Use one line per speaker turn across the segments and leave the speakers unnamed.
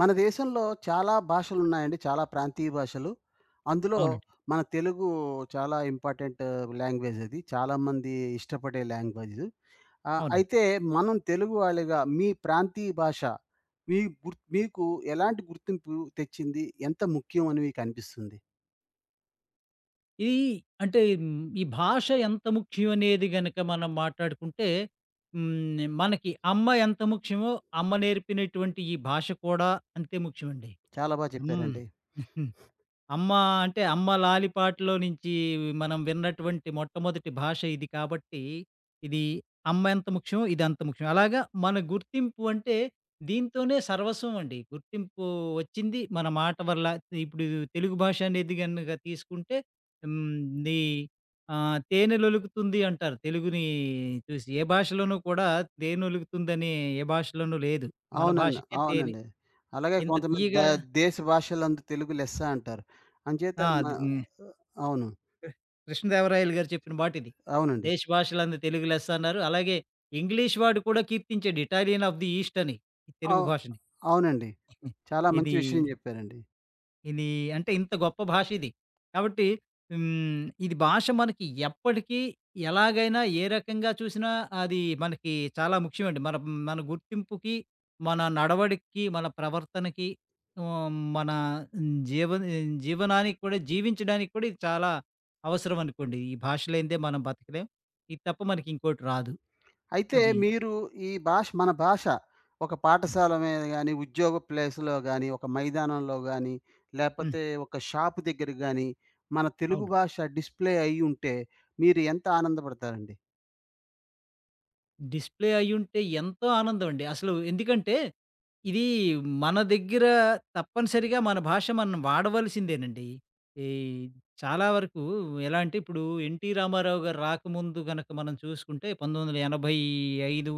మన దేశంలో చాలా భాషలు ఉన్నాయండి. చాలా ప్రాంతీయ భాషలు. అందులో
అవునండి.
మన తెలుగు చాలా ఇంపార్టెంట్ లాంగ్వేజ్ అది. చాలామంది ఇష్టపడే లాంగ్వేజు.
అవునండి.
అయితే మనం తెలుగు వాళ్ళుగా మీ ప్రాంతీయ భాష మీ గుర్ మీకు ఎలాంటి గుర్తింపు తెచ్చింది? ఎంత ముఖ్యం అని మీకు అనిపిస్తుంది?
ఇది అంటే ఈ భాష ఎంత ముఖ్యం అనేది గనక మనం మాట్లాడుకుంటే, మనకి అమ్మ ఎంత ముఖ్యమో, అమ్మ నేర్పినటువంటి ఈ భాష కూడా అంతే ముఖ్యమండి.
చాలా బా
హ్మ్.
చెప్పారండి.
అమ్మ అంటే, అమ్మ లాలి పాటలో నుంచి మనం విన్నటువంటి మొట్టమొదటి భాష ఇది కాబట్టి, ఇది అమ్మ ఎంత ముఖ్యమో ఇది అంత ముఖ్యం. అలాగా మన గుర్తింపు అంటే దీంతోనే సర్వస్వం అండి. గుర్తింపు వచ్చింది మన మాట వల్ల. ఇప్పుడు తెలుగు భాష అనేది గనుక తీసుకుంటే హ్మ్, ది తేనెలొలుకుతుంది అంటారు. తెలుగుని చూసి ఏ భాషలోనూ కూడా తేనొలుకుతుందని ఏ భాషలోనూ లేదు. మన
అవునండి.
భాషకే తేనె
అవునండి. అలాగే
ఇంత
కొంతమంది ద
తియ్యగా.
దేశ భాషలందు తెలుగు లెస్స అంటారు. అంచేత
ఆ!
మ
అద్గ్
అవును.
కృష్ణదేవరాయలు గారు చెప్పిన మాటిది.
అవునండి.
దేశ భాషలందు తెలుగు లెస్స అన్నారు. అలాగే ఇంగ్లీష్ వాడు కూడా కీర్తించాడు. ఇటాలియన్ ఆఫ్ ది ఈస్ట్ అని. ఈ తెలుగు
అవు
భాషని.
అవునండి. చాలా మంచి
ఇది
విషయం చెప్పారండి.
ఇది అంటే ఇంత గొప్ప భాష ఇది. కాబట్టి ఇది భాష మనకి ఎప్పటికీ, ఎలాగైనా, ఏ రకంగా చూసినా అది మనకి చాలా ముఖ్యమండి. మన మన గుర్తింపుకి, మన నడవడికి, మన ప్రవర్తనకి. మన జీవ జీవనానికి కూడా జీవించడానికి కూడా ఇది చాలా అవసరం అనుకోండి. ఈ భాష లేనిదే మనం బతకలేం. ఇది తప్ప మనకి ఇంకోటి రాదు.
అయితే
అది
మీరు ఈ భాష మన భాష ఒక
హ్మ్.
పాఠశాల మీద గాని, ఉద్యోగ ప్లేస్‌లో గాని, ఒక మైదానంలో గాని,
హ్మ్.
లేపోతే ఒక షాపు దగ్గర గాని, మన తెలుగు
అవును.
భాష డిస్‌ప్లే అయ్యుంటే మీరు ఎంత ఆనందపడతారండి?
డిస్‌ప్లే అయ్యుంటే ఎంతో ఆనందమండి. అసలు ఎందుకంటే, ఇది మన దగ్గర తప్పనిసరిగా మన భాష మనం వాడవలసిందేనండి. ఈ చాలా వరకు ఎలా అంటే, ఇప్పుడు 'ఎన్టీ రామారావు' గారు రాకముందు గనక మనం చూసుకుంటే 1985,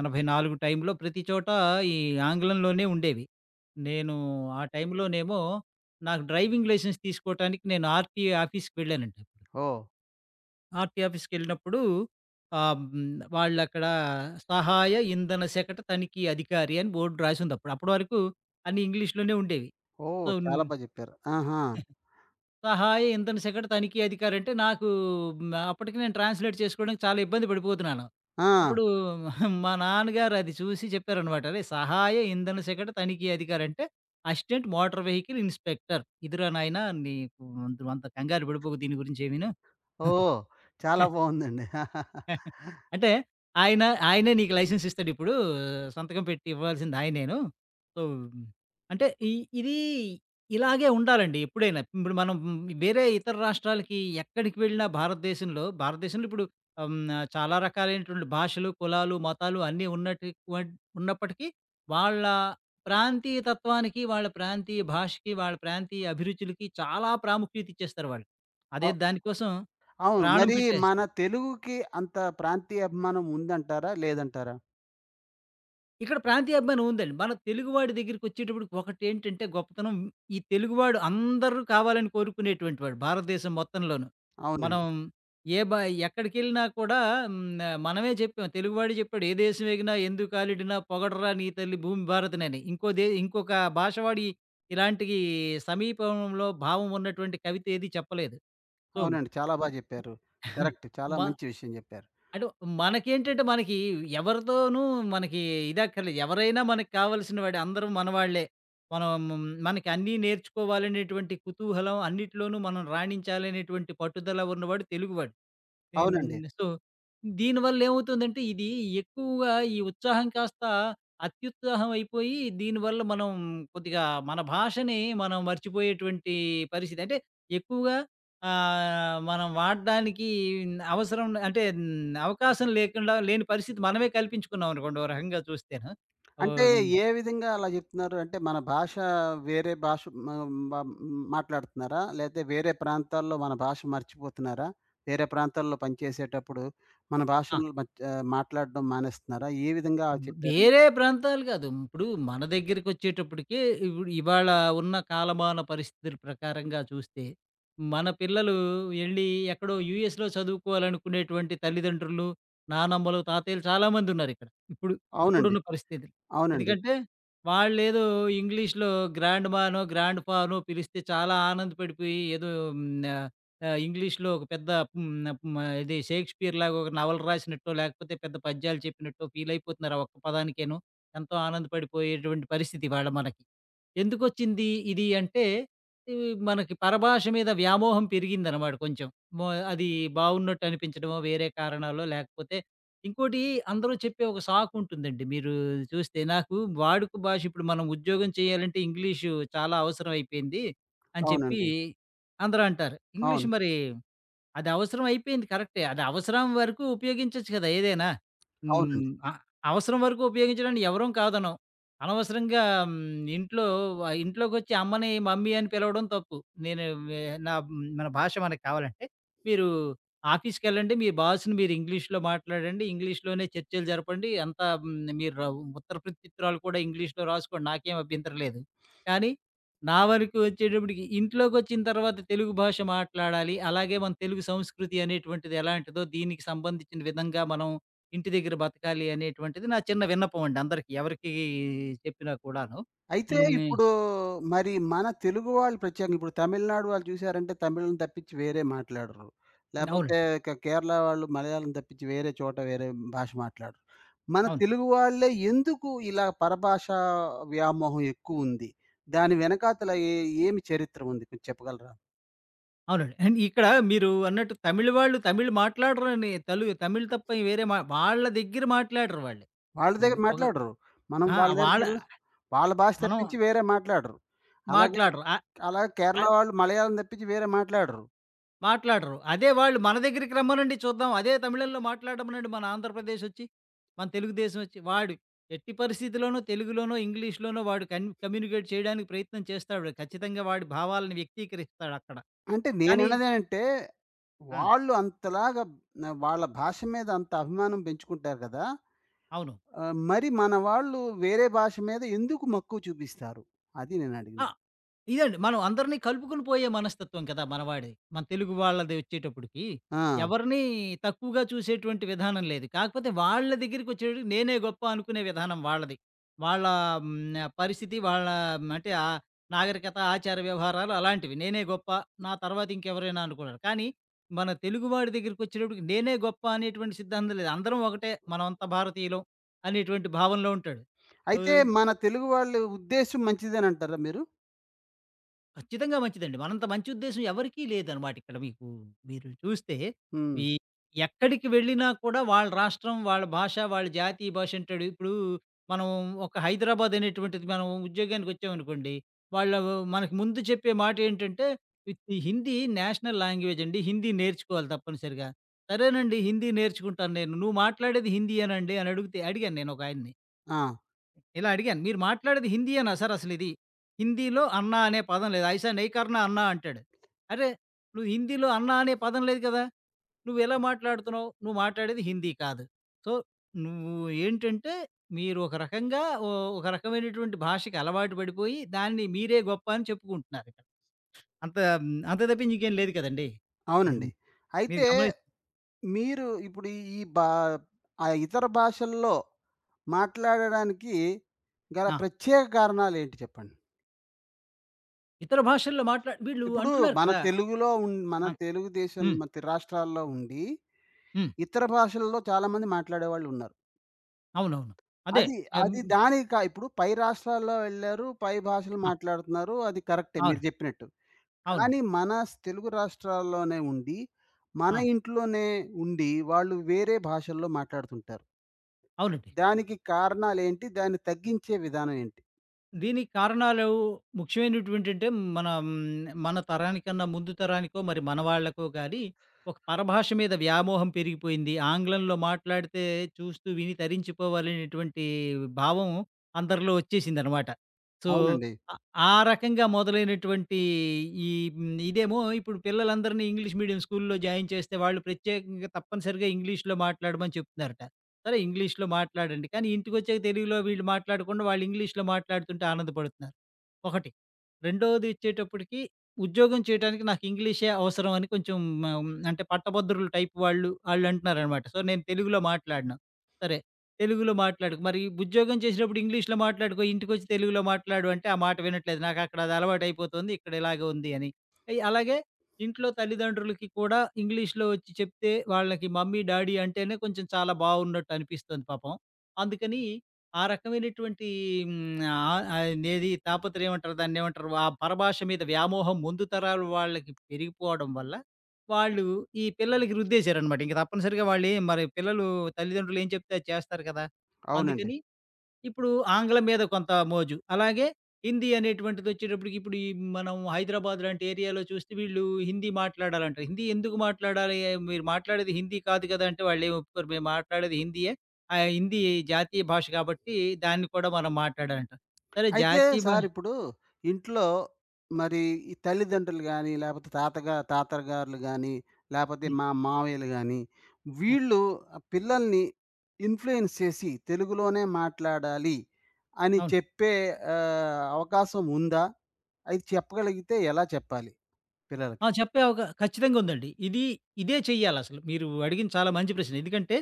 84 టైంలో ప్రతి చోట ఈ ఆంగ్లంలోనే ఉండేవి. నేను ఆ టైంలోనేమో నాకు డ్రైవింగ్ లైసెన్స్ తీసుకోవటానికి నేను ఆర్‌టీఏ ఆఫీస్‌కి వెళ్ళానండి.
ఓహ్!
ఆర్‌టి ఆఫీస్‌కెళ్ళినప్పుడు ఆహ్, హ్మ్. వాళ్ళక్కడ సహాయ ఇంధన శాఖట తనిఖీ అధికారి అని బోర్డ్ రాసుందప్పుడు. అప్పటి వరకు అన్నీ ఇంగ్లీష్‌లోనే ఉండేవి.
ఓహ్!
సో, మ్,
చాలా బా జెప్పారు. ఆహా!
సహాయ ఇంధన శాఖట తనిఖీ అధికారి అంటే నాకు అప్పటికి నేను ట్రాన్స్‌లేట్ చేసుకోవడానికి చాలా ఇబ్బంది పడిపోతున్నాను.
ఆ!
అప్పుడు మా నాన్నగారు అది చూసి చెప్పారనమాట. "అరే! సహాయ ఇంధన శాఖట తనిఖీ అధికారి అంటే అసిస్టెంట్ మోటార్ వెహికల్ ఇన్స్‌పెక్టర్. ఇదిరా నాయనా నీకు అంత అంత కంగారు పడిపోకు దీని గురించి ఏమీను."
ఓహ్! చాలా బావుందండి.
అంటే ఆయన ఆయనే నీకు లైసెన్స్ ఇస్తాడిప్పుడు. సంతకం పెట్టి ఇవ్వాల్సింది ఆయనేను. సో, అంటే ఈ ఇది ఇలాగే ఉండాలండి ఎప్పుడైనా. ఇప్పుడు మనం వేరే ఇతర రాష్ట్రాలకి ఎక్కడికి వెళ్ళినా భారతదేశంలో భారతదేశంలో ఇప్పుడు ఆహ్, హ్మ్, చాలా రకాలైనటువంటి భాషలు, కులాలు, మతాలు అన్నీ ఉన్నటి వన్ ఉన్నప్పటికీ వాళ్ళ ప్రాంతీయ తత్వానికి, వాళ్ళ ప్రాంతీయ భాషకి, వాళ్ళ ప్రాంతీయ అభిరుచులకి చాలా ప్రాముఖ్యత ఇచ్చేస్తారు వాళ్ళు. అదే
అవ్
దానికోసం
అవును.
ప్రాణం
మరి మన
పెట్టేస్తారు.
తెలుగుకి అంత ప్రాంతీయ అభిమానం ఉందంటారా? లేదంటారా?
ఇక్కడ ప్రాంతీయాభిమానం ఉందండి. మన తెలుగువాడి దగ్గరికొచ్చేటప్పటికి ఒకటేంటంటే గొప్పతనం, ఈ తెలుగువాడు అందరూ కావాలని కోరుకునేటువంటి వాడు భారతదేశం మొత్తంలోను.
అవునండి.
మనం ఏ బ ఎక్కడికెళ్ళినా కూడా హ్మ్, మనమే చెప్పాం. తెలుగువాడే చెప్పాడు. "ఏ దేశం ఎగినా ఎందుకాలిడినా పొగడరా నీ తల్లి భూమి భారతినని." ఇంకో దే ఇంకొక భాషవాడి ఇలాంటియి సమీపంలో భావం ఉన్నటువంటి కవిత ఏది చెప్పలేదు. సో,
అవునండి. చాలా బా జెప్పారు. కరెక్ట్. చాలా
మ
మంచి విషయం జెప్పారు.
అటు మనకేంటంటే మనకి ఎవరితోనూ మనకి ఇదక్కర్లేదు. ఎవరైనా మనకు కావాల్సిన వాడే. అందరూ మనవాళ్ళే. మనం మనకి అన్నీ నేర్చుకోవాలనేటువంటి కుతూహలం, అన్నిట్లోనూ మనం రాణించాలనేటువంటి పట్టుదల ఉన్నవాడు తెలుగువాడు. హ్మ్.
అవునండి.
సో, దీనివల్ల ఏమవుతుందంటే ఇది ఎక్కువగా ఈ ఉత్సాహం కాస్త అత్యుత్సాహం అయిపోయి, దీనివల్ల మనం కొద్దిగా మన భాషని మనం మర్చిపోయేటువంటి పరిస్థితి. అంటే ఎక్కువగా మనం వాడడానికి అవసరం అంటే అవకాశం లేకుండా లేని పరిస్థితి మనమే కల్పించుకున్నాం అనుకోండి. ఓ రకంగా చూస్తేను.
అంటే
ఓహ్! హ్మ్.
ఏ విధంగా అలా జెప్తున్నారు? అంటే మన భాష వేరే భాష మ మ మాట్లాడుతున్నారా? లేతే వేరే ప్రాంతాల్లో మన భాష మర్చిపోతున్నారా? వేరే ప్రాంతాల్లో పనిచేసేటప్పుడు మన
ఆ!
భాషను మాట్లాడడం మానేస్తున్నారా? ఏ విధంగా
బ్
చెప్పారని?
వేరే ప్రాంతాలు కాదు. ఇప్పుడు మన దగ్గరికొచ్చేటప్పటికి ఇప్పుడు ఇవాళ ఉన్న కాలమాన పరిస్థితుల ప్రకారంగా చూస్తే, మన పిల్లలు ఎళ్లి ఎక్కడో యూఎస్‌లో చదువుకోవాలనుకునేటువంటి తల్లిదండ్రులు, నానమ్మలు, తాతయ్యలు చాలామందున్నారిక్కడ. ఇప్పుడు
అవునండి.
ఇప్పుడున్న పరిస్థితులు.
అవునండి.
ఎందుకంటే వాళ్ళేదో ఇంగ్లీష్‌లో గ్రాండ్‌మానో, గ్రాండ్‌పానో పిలిస్తే చాలా ఆనందపడిపోయి ఏదో హ్మ్. ఇంగ్లీష్‌లో ఒక పెద్ద హ్మ్. హ్మ్. ఇది 'షేక్స్‌పియర్‌లాగా' ఒక నవల రాసినట్టో, లేకపోతే పెద్ద పద్యాలు చెప్పినట్టో ఫీలయిపోతున్నారు ఆ ఒక్క పదానికేను. ఎంతో ఆనందపడిపోయేటువంటి పరిస్థితి ఇవాళ మనకి. ఎందుకొచ్చింది ఇది అంటే, ఇవి మనకి పరభాష మీద వ్యామోహం పెరిగిందనమాట కొంచెం. మో అది బావున్నట్టు అనిపించడమో, వేరే కారణాలో లేకపోతే ఇంకోటి అందరూ చెప్పే ఒక సాకుంటుందండి. మీరు చూస్తే నాకు వాడుక భాష ఇప్పుడు మనం ఉద్యోగం చేయాలంటే ఇంగ్లీషు చాలా అవసరం అయిపోయింది అని చెప్పి
అవునండి.
అందరూ అంటారు. ఇంగ్లీష్
అవును.
మరి అది అవసరం అయిపోయింది కరెక్టే. అది అవసరం వరకు ఉపయోగించొచ్చు కదా! ఏదైనా.
అవునండి.
హ్మ్. అ అవసరం వరకు ఉపయోగించడాన్ని ఎవరం కాదనం. అనవసరంగా హ్మ్, ఇంట్లో ఇంట్లోకొచ్చి అమ్మని మమ్మీ అని పిలవడం తప్పు. నేను వె నా మన భాష మనకు కావాలంటే, మీరు ఆఫీస్‌కెళ్ళండి. మీ బాస్‌ని మీరు ఇంగ్లీష్‌లో మాట్లాడండి. ఇంగ్లీష్‌లోనే చర్చలు జరపండి. అంతా మీరు ఉత్తర ప్రత్యుత్తరాలు కూడా ఇంగ్లీష్‌లో రాసుకోండి. నాకేం అభ్యంతరం లేదు. కానీ నా వరకు వచ్చేటప్పటికి ఇంట్లోకొచ్చిన తర్వాత తెలుగు భాష మాట్లాడాలి. అలాగే మన తెలుగు సంస్కృతి అనేటువంటిది ఎలాంటిదో, దీనికి సంబంధించిన విధంగా మనం ఇంటి దగ్గర బతకాలి అనేటువంటిది నా చిన్న విన్నపం అండి అందరికి. ఎవరికీ చెప్పినా కూడాను.
అయితే
హ్మ్.
ఇప్పుడు మరి మన తెలుగు వాళ్ళు ప్రత్యేకంగా ఇప్పుడు తమిళనాడు వాళ్ళు చూసారంటే తమిళం తప్పించి వేరే మాట్లాడరు. లేపోతే
అవునండి.
కేరళ వాళ్ళు మలయాళం తప్పించి వేరే చోట వేరే భాష మాట్లాడరు. మన
అవును.
తెలుగు వాళ్ళే ఎందుకు ఇలా పరభాషా వ్యామోహం ఎక్కువుంది? దాని వెనకాతల ఏమి చరిత్ర ఉంది? కొంచెం చెప్పగలరా?
అవునండి. అండ్ ఇక్కడ మీరు అన్నట్టు తమిళ్ వాళ్ళు తమిళ్ మాట్లాడరండి. తమిళ్ తప్ప వేరే మా వాళ్ళ దగ్గర మాట్లాడరు వాళ్ళు.
వాళ్ళ
ఇప్పుడు
దగ్గర
ఒక
మాట్లాడరు. మనం
ఆ!
వాళ్ళ
వాళ్ళ
దగ్గరికెళ్ళినా వాళ్ళ భాష
మనం
తప్పించి వేరే మాట్లాడరు. అలాగే
మాట్లాడరు.
అలాగే కేరళ
ఆహ్
వాళ్ళు మలయాళం తప్పించి వేరే మాట్లాడరు.
మాట్లాడరు. అదే వాళ్ళు మన దగ్గరికి రమ్మనండి చూద్దాం. అదే తమిళంలో మాట్లాడమనండి మన ఆంధ్రప్రదేశ్ ఒచ్చి, మన తెలుగుదేశం ఒచ్చి. వాడు ఎట్టి పరిస్థితిలోనూ తెలుగులోనో, ఇంగ్లీష్‌లోనో వాడు కమ్యూనికేట్ చేయడానికి ప్రయత్నం చేస్తాడు. ఖచ్చితంగా వాడి భావాలను వ్యక్తీకరిస్తాడక్కడ.
అంటే
కానీ
నేనన్నదేనంటే,
ఆ!
వాళ్ళు అంతలాగా వాళ్ళ భాష మీద అంత అభిమానం పెంచుకుంటారు కదా!
అవును.
మరి మన వాళ్ళు వేరే భాష మీద ఎందుకు మక్కువ చూపిస్తారు? అది
ఆ!
నేనడిగింది.
ఇదండి. మనం అందరిని కలుపుకొని పోయే మనస్తత్వం కదా! మనవాడిది. మన తెలుగు వాళ్ళది వచ్చేటప్పటికి.
ఆ!
ఎవరిని తక్కువగా చూసేటువంటి విధానం లేదు. కాకపోతే వాళ్ళ దగ్గరికొచ్చేటప్పటికి నేనే గొప్ప అనుకునే విధానం వాళ్ళది. వాళ్ళ హ్మ్. పరిస్థితి వాళ్ళ మ్, అంటే ఆహ్, నాగరికత, ఆచార వ్యవహారాలు అలాంటివి. నేనే గొప్ప. నా తర్వాత ఇంకెవరైనా అనుకున్నారు. కానీ మన తెలుగువాడి దగ్గరికొచ్చేటప్పటికి నేనే గొప్ప అనేటువంటి సిద్ధాంతం లేదు. అందరం ఒకటే. మనమంతా భారతీయులం అనేటువంటి భావనలో ఉంటాడు.
అయితే
ఆహ్
మన తెలుగు వాళ్ళ ఉద్దేశ్యం మంచిదేనంటారా మీరు?
ఖచ్చితంగా మంచిదండి. మనంత మంచి ఉద్దేశ్యం ఎవరికీ లేదనమాట ఇక్కడ మీకు. మీరు చూస్తే
హ్మ్.
ఈ ఎక్కడికి వెళ్ళినా కూడా వాళ్ళ రాష్ట్రం, వాళ్ళ భాష, వాళ్ళ జాతి ఈ భాష అంటాడు. ఇప్పుడు మనం ఒక హైదరాబాద్ అనేటువంటిది మనం ఉద్యోగానికొచ్చామనుకోండి. వాళ్ళు మనకు ముందు చెప్పే మాటేంటంటే విత్ హిందీ నేషనల్ లాంగ్వేజ్ అండి. హిందీ నేర్చుకోవాలి తప్పనిసరిగా. సరేనండి హిందీ నేర్చుకుంటాను నేను. నువ్వు మాట్లాడేది హిందీయేనండి అని అడిగితే అడిగాను నేనొకాయన్ని.
ఆ!
ఇలా అడిగాను. "మీరు మాట్లాడేది హిందీయేనా సార్ అసలిది? హిందీలో 'అన్నా' అనే పదం లేదు. 'ఐసా నహీ కర్నా అన్నా' అంటాడు. అరే! నువ్వు హిందీలో 'అన్నా' అనే పదం లేదు కదా! నువ్వెలా మాట్లాడుతున్నావు? నువ్వు మాట్లాడేది హిందీ కాదు. సో, నువ్వు ఏంటంటే మీరు ఒక రకంగా ఓ ఒక రకమైనటువంటి భాషకి అలవాటు పడిపోయి, దాన్ని మీరే గొప్ప అని చెప్పుకుంటున్నారిక్కడ. అంత తప్పించి ఇంకేం లేదు కదండీ! మీరు
అవునండి.
మీరు
అయితే
గమనిస్
మీరు ఇప్పుడు ఈ ఈ బా ఆ ఇతర భాషల్లో మాట్లాడడానికి గల
ఆ!
ప్రత్యేక కారణాలేంటి చెప్పండి?
ఇతర భాషల్లో వీళ్ళు
ఇప్పుడు
అంటున్నారు కదా!
మన
ఆ!
తెలుగు దేశం
హ్మ్.
మతి రాష్ట్రాల్లో ఉండి,
హ్మ్.
ఇతర భాషల్లో చాలామంది మాట్లాడేవాళ్ళున్నారు.
అవునవును. అదే.
అది
ఎం
అది దానికి కా ఇప్పుడు పై రాష్ట్రాల్లో వెళ్లారు, పై భాషలు
ఆ!
మాట్లాడుతున్నారు. అది కరెక్టే మీరు
అవును.
జెప్పినట్టు.
అవును.
కానీ మన స్ తెలుగు రాష్ట్రాల్లోనే ఉండి, మన
ఆ!
ఇంట్లోనే ఉండి వాళ్ళు వేరే భాషల్లో మాట్లాడుతుంటారు.
అవునండి.
దానికి కారణాలేంటి? దాన్ని తగ్గించే విధానం ఏంటి?
దీనికి కారణాలు ముఖ్యమైనటువంటంటే మన మన తరానికన్నా ముందు తరానికో, మరి మన వాళ్ళకో గాని ఒక పరభాష మీద వ్యామోహం పెరిగిపోయింది. ఆంగ్లంలో మాట్లాడితే చూస్తూ, విని తరించిపోవాలనేటువంటి భావం అందరిలో వచ్చేసిందనమాట. సో,
అవునండి.
ఆహ్, ఆ రకంగా మొదలైనటువంటి ఈ ఇదేమో ఇప్పుడు పిల్లలందరినీ ఇంగ్లీష్ మీడియం స్కూల్‌లో జాయిన్ చేస్తే, వాళ్ళు ప్రత్యేకంగా తప్పనిసరిగా ఇంగ్లీష్‌లో మాట్లాడమని చెప్తున్నారట. సరే ఇంగ్లీష్‌లో మాట్లాడండి. కానీ ఇంటికొచ్చాక తెలుగులో వీళ్ళు మాట్లాడకుండా వాళ్ళు ఇంగ్లీష్‌లో మాట్లాడుతుంటే ఆనందపడుతున్నారు. ఒకటి. రెండోదిచ్చేటప్పటికి, ఉద్యోగం చేయటానికి నాకు ఇంగ్లీషే అవసరం అని కొంచెం అంటే పట్టభద్రులు టైప్ వాళ్ళు, ఆళ్ళంటున్నారనమాట. సో, నేను తెలుగులో మాట్లాడను. సరే. తెలుగులో మాట్లాడకు. మరి ఉద్యోగం చేసేటప్పుడు ఇంగ్లీష్‌లో మాట్లాడుకో, ఇంటికొచ్చి తెలుగులో మాట్లాడు అంటే, ఆ మాట వినట్లేదు. నాకక్కడ అది అలవాటయిపోతుంది. ఇక్కడ ఇలాగే ఉంది అని. అలాగే ఇంట్లో తల్లిదండ్రులకి కూడా ఇంగ్లీష్‌లో వచ్చి చెప్తే వాళ్ళకి మమ్మీ, డాడీ అంటేనే కొంచెం చాలా బావున్నట్టనిపిస్తుంది పాపం. అందుకని ఆ రకమైనటువంటి అదేది తాపత్రయం ఏమంటారు? దాన్నేమంటారు? ఆ పరభాష మీద వ్యామోహం ముందు తరాల వాళ్ళకి పెరిగిపోవడం వల్ల, వాళ్ళు ఈ పిల్లలకి రుద్దేశారనమాట. ఇంక తప్పనిసరిగా వాళ్ళేం మరి పిల్లలు తల్లిదండ్రులు ఏం చెప్తే అది చేస్తారు కదా!
అవునండి.
అందుకని ఇప్పుడు ఆంగ్లం మీద కొంత మోజు. అలాగే హిందీ అనేటువంటిదొచ్చేటప్పటికి ఇప్పుడు మనం హైదరాబాద్ లాంటి ఏరియాలో చూస్తే వీళ్ళు హిందీ మాట్లాడాలంటారు. హిందీ ఎందుకు మాట్లాడాలి? ఏ మీరు మాట్లాడేది హిందీ కాదు కదా! అంటే వాళ్ళేమి ఒప్పుకోరు. మేము మాట్లాడేది హిందీయే. ఆ హిందీ జాతీయ భాష కాబట్టి దాన్ని కూడా మనం మాట్లాడాలంటారు. సరే
అయితే
జాతీయ భా
సార్ ఇప్పుడు ఇంట్లో మరి ఈ తల్లిదండ్రులు గానీ, లేపోతే తాతగారులు గానీ, లేపోతే
హ్మ్.
మా మావయ్యలు గానీ, వీళ్ళు పిల్లల్ని ఇన్‌ఫ్లూయెన్స్ చేసి తెలుగులోనే మాట్లాడాలి అని
హ్మ్.
చెప్పే అవకాశం ఉందా? అది చెప్పగలిగితే ఎలా చెప్పాలి
ఆ!
పిల్లలకి?
చెప్పే అవకా ఖచ్చితంగా ఉందండి. ఇదే చెయ్యాలసలు. మీరు అడిగింది చాలా మంచి ప్రశ్న. ఎందుకంటే,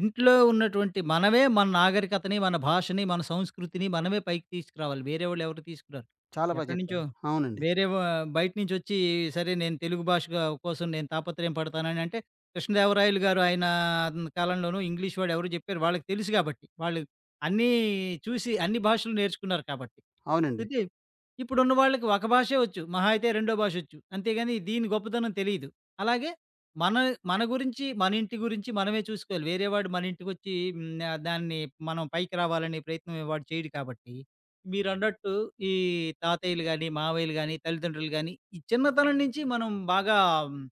ఇంట్లో ఉన్నటువంటి మనమే మన నాగరికతని, మన భాషని, మన సంస్కృతిని మనమే పైకి తీసుకురావాలి. వేరే వాళ్ళు ఎవరు తీసుకురారు.
చాలా బా
ఎక్కడి
చెప్పారు.
నుంచో
అవునండి.
వేరే వా బయట నుంచొచ్చి, సరే నేను తెలుగు భాషగా కోసం నేను తాపత్రయం పడతానని అంటే, కృష్ణదేవరాయలు గారు ఆయన కాలంలోనూ ఇంగ్లీష్ వాడు ఎవరో చెప్పారు. వాళ్ళకి తెలుసు గాబట్టి. వాళ్ళు అన్నీ చూసి అన్ని భాషలు నేర్చుకున్నారు కాబట్టి.
అవునండి.
అయితే ఇప్పుడున్న వాళ్ళకి ఒక భాషే వచ్చు. మహా అయితే రెండో భాషొచ్చు. అంతేగాని దీని గొప్పతనం తెలీదు. అలాగే మన మన గురించి, మన ఇంటి గురించి మనమే చూసుకోవాలి. వేరే వాడు మన ఇంటికొచ్చి దాన్ని మనం పైకి రావాలనే ప్రయత్నం వాడు చేయడు కాబట్టి, మీరన్నట్టు ఈ తాతయ్యలు గాని, మావయ్యలు గాని, తల్లిదండ్రులు గాని, ఈ చిన్నతనం నుంచి మనం బాగా మ్,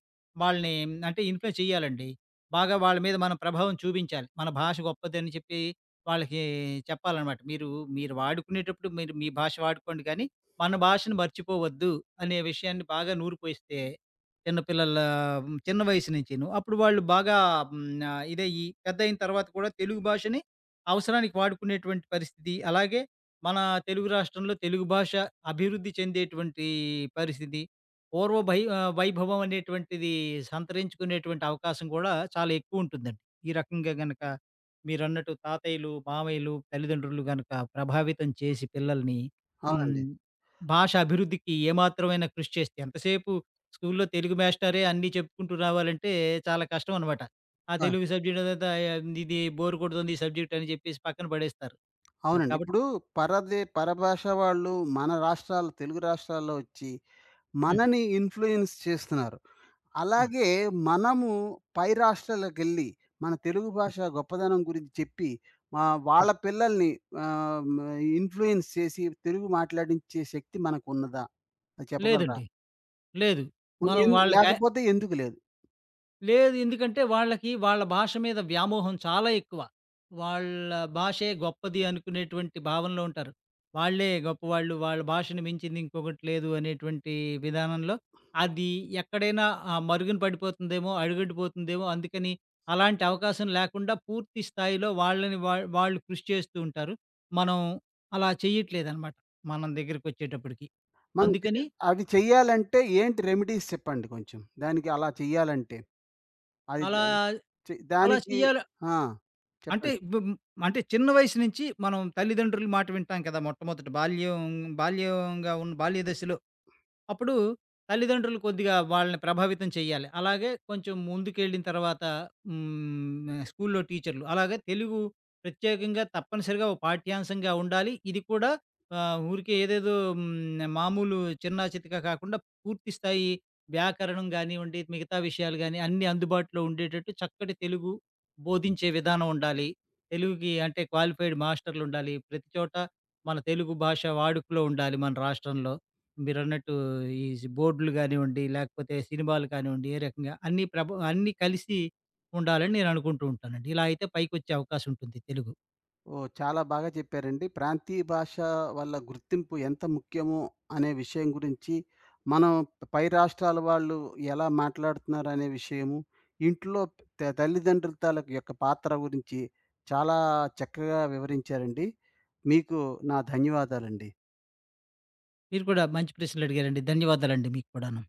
వాళ్ళని అంటే ఇన్‌ఫ్లుయెన్స్ చేయాలండి. బాగా వాళ్ళ మీద మనం ప్రభావం చూపించాలి. మన భాష గొప్పదని చెప్పి వాళ్ళకి చెప్పాలనమాట. మీరు మీరు వాడుకునేటప్పుడు మీరు మీ భాష వాడుకోండి కానీ మన భాషను మర్చిపోవద్దు అనే విషయాన్ని బాగా నూరిపోయిస్తే చిన్నపిల్లల చిన్న వయసు నుంచిను. అప్పుడు వాళ్ళు బాగా ఇదయ్యి పెద్దయిన తర్వాత కూడా తెలుగు భాషని అవసరానికి వాడుకునేటువంటి పరిస్థితి. అలాగే మన తెలుగు రాష్ట్రంలో తెలుగు భాష అభివృద్ధి చెందేటువంటి పరిస్థితి. వైభవం అనేటువంటిది సంతరించుకునేటువంటి అవకాశం కూడా చాలా ఎక్కువుంటుందండి. ఈ రకంగా గనక మీరన్నట్టు తాతయ్యలు, మామయ్యలు, తల్లిదండ్రులు గనక ప్రభావితం చేసి పిల్లల్ని హ్మ్.
అవునండి.
భాష అభివృద్ధికి ఏమాత్రమైన కృషి చేస్తే ఎంతసేపు స్కూల్లో తెలుగు మాస్టరే అన్నీ చెప్పుకుంటూ రావాలంటే చాలా కష్టం అనమాట. ఆ
ఆ!
తెలుగు సబ్జెక్ట్ అదంతా "ఆ, ఇది బోర్ కొడుతుంది ఈ సబ్జెక్ట్ అని చెప్పేసి పక్కన పడేస్తారు. ఆ,
అవునండి.
కాబట్టి
ఇప్పుడు పరభాష వాళ్ళు మన రాష్ట్రాల్లో తెలుగు రాష్ట్రాల్లో ఒచ్చి
హ్మ్.
మనని ఇన్‌ఫ్లూయెన్స్ చేస్తున్నారు.
హ్మ్.
అలాగే మనము పై రాష్ట్రాలకెళ్ళి, మన తెలుగు
హ్మ్.
భాష గొప్పదనం గురించి చెప్పి, మా
హ్మ్.
వాళ్ళ పిల్లల్ని ఆహ్, హ్మ్, ఇన్‌ఫ్లూయెన్స్ చేసి తెలుగు మాట్లాడించే శక్తి మనకున్నదా? అది చెప్పగలరా?
లేదండి. లేదు.
ఉంది
మనం
ఎన్
వాళ్ళకి
లేకపోతే ఎందుకు లేదు?
లేదు. ఎందుకంటే వాళ్ళకి వాళ్ళ భాష మీద వ్యామోహం చాలా ఎక్కువ. వాళ్ళ భాషే గొప్పది అనుకునేటువంటి భావనలో ఉంటారు. వాళ్ళే గొప్పవాళ్ళు. వాళ్ళ భాషను మించింది ఇంకొకటి లేదు అనేటువంటి విధానంలో అది ఎక్కడైనా మరుగున పడిపోతుందేమో, అడుగంటిపోతుందేమో అందుకని అలాంటి అవకాశం లేకుండా పూర్తి స్థాయిలో వాళ్ళని వా వాళ్ళు కృషి చేస్తూ ఉంటారు. మనం అలా చేయట్లేదనమాట. మనం దగ్గరకొచ్చేటప్పటికి.
మనం చే
అందుకని
అది చెయ్యాలంటే ఏంటి రెమెడీస్ చెప్పండి కొంచెం? దానికి అలా చెయ్యాలంటే. అది
అలా
దా చె
అలా
దానికి
చేయాలి.
ఆ!
అంటే
చెప్పండి.
బు హ్మ్. అంటే చిన్న వయసు నుంచి మనం తల్లిదండ్రుల మాట వింటాం కదా! మొట్టమొదట బాల్యంగా ఉన్న బాల్య దశలో అప్పుడు తల్లిదండ్రులు కొద్దిగా వాళ్ళని ప్రభావితం చేయాలి. అలాగే కొంచెం ముందుకెళ్ళిన తర్వాత స్కూల్‌లో టీచర్‌లు. అలాగే తెలుగు ప్రత్యేకంగా తప్పనిసరిగా ఓ పాఠ్యాంశంగా ఉండాలి. ఇది కూడా ఊరికే ఏదేదో మామూలు చిన్నా చితకా కాకుండా పూర్తి స్థాయి వ్యాకరణం గానివ్వండి, మిగతా విషయాలు గాని అన్నీ అందుబాటులో ఉండేటట్టు చక్కటి తెలుగు బోధించే విధానం ఉండాలి. తెలుగుకి అంటే క్వాలిఫైడ్ మాస్టర్‌లుండాలి. ప్రతి చోట మన తెలుగు భాష వాడుకలో ఉండాలి మన రాష్ట్రంలో. మీరన్నట్టు ఈ బోర్డులు గానివ్వండి, లేకపోతే సినిమాలు కానివ్వండి, ఏ రకంగా అన్నీ కలిసి ఉండాలని నేను అనుకుంటూ ఉంటానండి. ఇలా అయితే పైకొచ్చే అవకాశం ఉంటుంది తెలుగు.
ఓహ్! చాలా బాగా చెప్పారండి. ప్రాంతీయ భాష వల్ల గుర్తింపు ఎంత ముఖ్యమో అనే విషయం గురించి, మనం పై రాష్ట్రాల వాళ్ళు ఎలా మాట్లాడుతున్నారనే విషయము, ఇంట్లో తల్లిదండ్రుల తాలూకు యొక్క పాత్ర గురించి చాలా చక్కగా వివరించారండి. మీకు నా ధన్యవాదాలండి.
మీరు కూడా మంచి ప్రశ్నలు అడిగారండి. ధన్యవాదాలండి మీకు కూడాను.